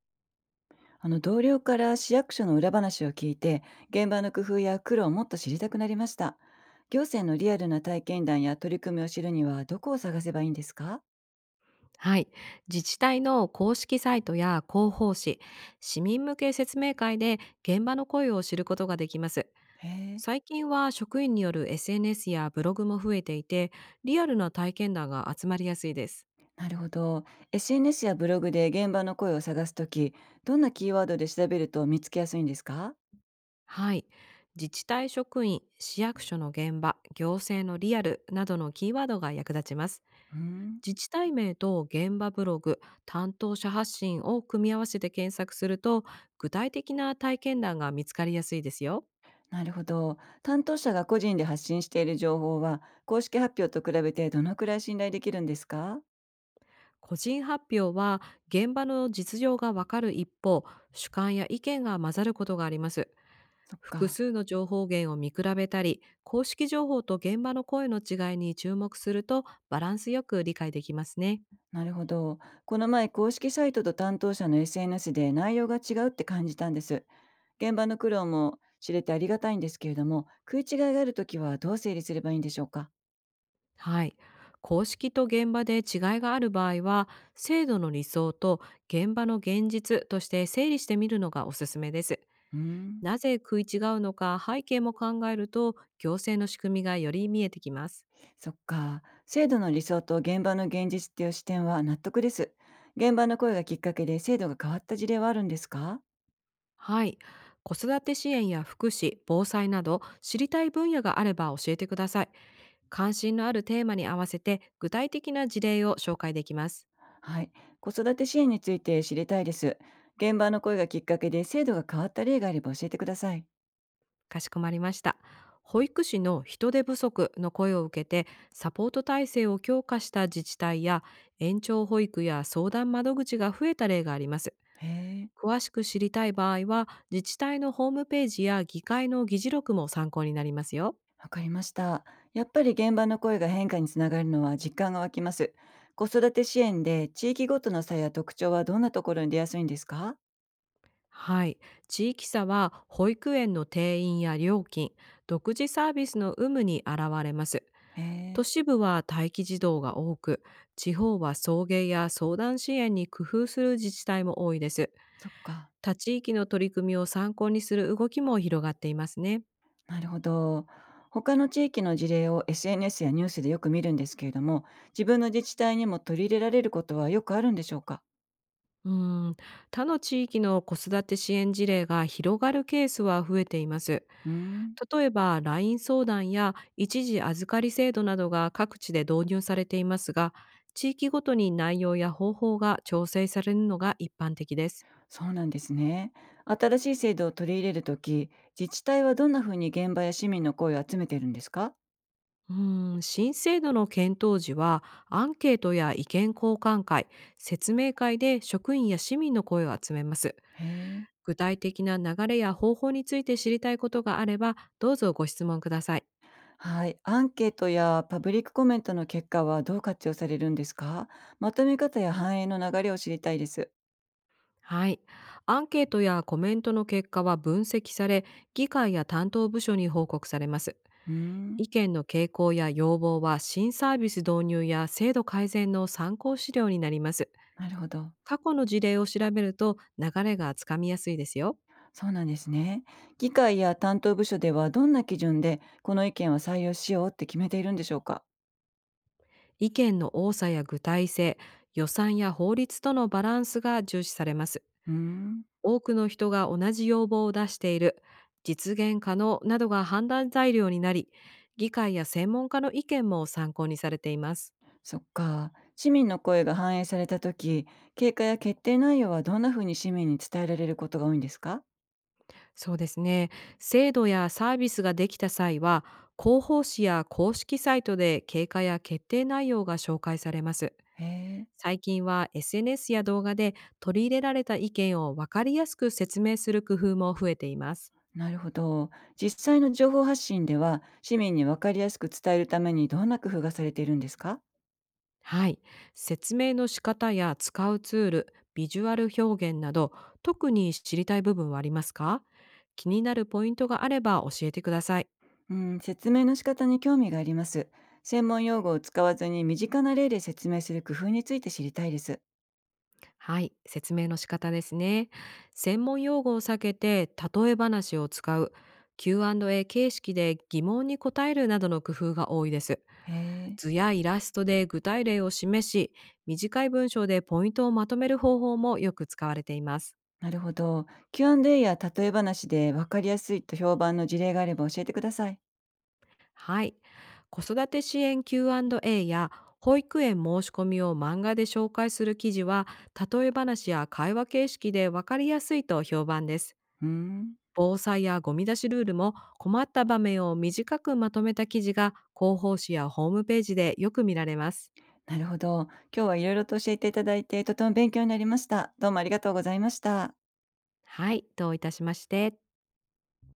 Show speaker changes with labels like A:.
A: あの同僚から市役所の裏話を聞いて現場の工夫や苦労をもっと知りたくなりました。行政のリアルな体験談や取り組みを知るにはどこを探せばいいんですか？
B: はい。自治体の公式サイトや広報誌、市民向け説明会で現場の声を知ることができます。
A: へえ。
B: 最近は職員による SNS やブログも増えていて、リアルな体験談が集まりやすいです。
A: なるほど。 SNS やブログで現場の声を探すときどんなキーワードで調べると見つけやすいんですか？
B: はい。自治体職員、市役所の現場、行政のリアルなどのキーワードが役立ちます。
A: うーん。
B: 自治体名と現場ブログ、担当者発信を組み合わせて検索すると、具体的な体験談が見つかりやすいですよ。
A: なるほど。担当者が個人で発信している情報は公式発表と比べてどのくらい信頼できるんですか？
B: 個人発表は現場の実情がわかる一方、主観や意見が混ざることがあります。
A: そっ
B: 複
A: か。
B: 数の情報源を見比べたり、公式情報と現場の声の違いに注目するとバランスよく理解できますね。
A: なるほど。この前、公式サイトと担当者の SNS で内容が違うって感じたんです。現場の苦労も知れてありがたいんですけれども、食い違いがあるときはどう整理すればいいんでしょうか？
B: はい。公式と現場で違いがある場合は、制度の理想と現場の現実として整理してみるのがおすすめです。
A: うーん。
B: なぜ食い違うのか背景も考えると、行政の仕組みがより見えてきます。
A: そっか。制度の理想と現場の現実っていう視点は納得です。現場の声がきっかけで制度が変わった事例はあるんですか？
B: はい。子育て支援や福祉、防災など知りたい分野があれば教えてください。関心のあるテーマに合わせて具体的な事例を紹介できます。
A: はい。子育て支援について知りたいです。現場の声がきっかけで制度が変わった例があれば教えてください。
B: かしこまりました。保育士の人手不足の声を受けて、サポート体制を強化した自治体や、延長保育や相談窓口が増えた例があります。
A: へえ。
B: 詳しく知りたい場合は自治体のホームページや議会の議事録も参考になりますよ。
A: わかりました。やっぱり現場の声が変化につながるのは実感が湧きます。子育て支援で地域ごとの差や特徴はどんなところに出やすいんですか？
B: はい。地域差は保育園の定員や料金、独自サービスの有無に現れます。
A: へ
B: 都
A: え、
B: 市部は待機児童が多く、地方は送迎や相談支援に工夫する自治体も多いです。
A: そっか。
B: 他地域の取り組みを参考にする動きも広がっていますね。
A: なるほど。他の地域の事例を SNS やニュースでよく見るんですけれども、自分の自治体にも取り入れられることはよくあるんでしょうか？
B: うーん、他の地域の子育て支援事例が広がるケースは増えています。
A: うーん、
B: 例えば、LINE 相談や一時預かり制度などが各地で導入されていますが、地域ごとに内容や方法が調整されるのが一般的です。
A: そうなんですね。新しい制度を取り入れるとき、自治体はどんなふうに現場や市民の声を集めてるんですか？
B: 新制度の検討時は、アンケートや意見交換会、説明会で職員や市民の声を集めます。
A: へえ。
B: 具体的な流れや方法について知りたいことがあれば、どうぞご質問ください。
A: はい、アンケートやパブリックコメントの結果はどう活用されるんですか？まとめ方や反映の流れを知りたいです。
B: はい。アンケートやコメントの結果は分析され、議会や担当部署に報告されます。
A: うーん、
B: 意見の傾向や要望は、新サービス導入や制度改善の参考資料になります。
A: なるほど。
B: 過去の事例を調べると流れがつかみやすいですよ。
A: そうなんですね。議会や担当部署ではどんな基準でこの意見は採用しようって決めているんでしょうか？
B: 意見の多さや具体性、予算や法律とのバランスが重視されます。
A: うーん、
B: 多くの人が同じ要望を出している、実現可能などが判断材料になり、議会や専門家の意見も参考にされています。
A: そっか。市民の声が反映された時、経過や決定内容はどんなふうに市民に伝えられることが多いんですか？
B: そうですね。制度やサービスができた際は、広報誌や公式サイトで経過や決定内容が紹介されます。
A: へえ。
B: 最近は SNS や動画で、取り入れられた意見を分かりやすく説明する工夫も増えています。
A: なるほど。実際の情報発信では、市民に分かりやすく伝えるためにどんな工夫がされているんですか？
B: はい。説明の仕方や使うツール、ビジュアル表現など、特に知りたい部分はありますか？気になるポイントがあれば教えてください。
A: うん、説明の仕方に興味があります。専門用語を使わずに身近な例で説明する工夫について知りたいです。
B: はい。説明の仕方ですね。専門用語を避けて、例え話を使う、Q&A 形式で疑問に答えるなどの工夫が多いです。
A: へえ、
B: 図やイラストで具体例を示し、短い文章でポイントをまとめる方法もよく使われています。
A: なるほど。Q&A や例え話で分かりやすいと評判の事例があれば教えてください。
B: はい。子育て支援 Q&A や保育園申し込みを漫画で紹介する記事は、例え話や会話形式で分かりやすいと評判です。
A: うん、
B: 防災やゴミ出しルールも、困った場面を短くまとめた記事が広報誌やホームページでよく見られます。
A: なるほど。今日はいろいろと教えていただいて、とても勉強になりました。どうもありがとうございました。
B: はい、どういたしまして。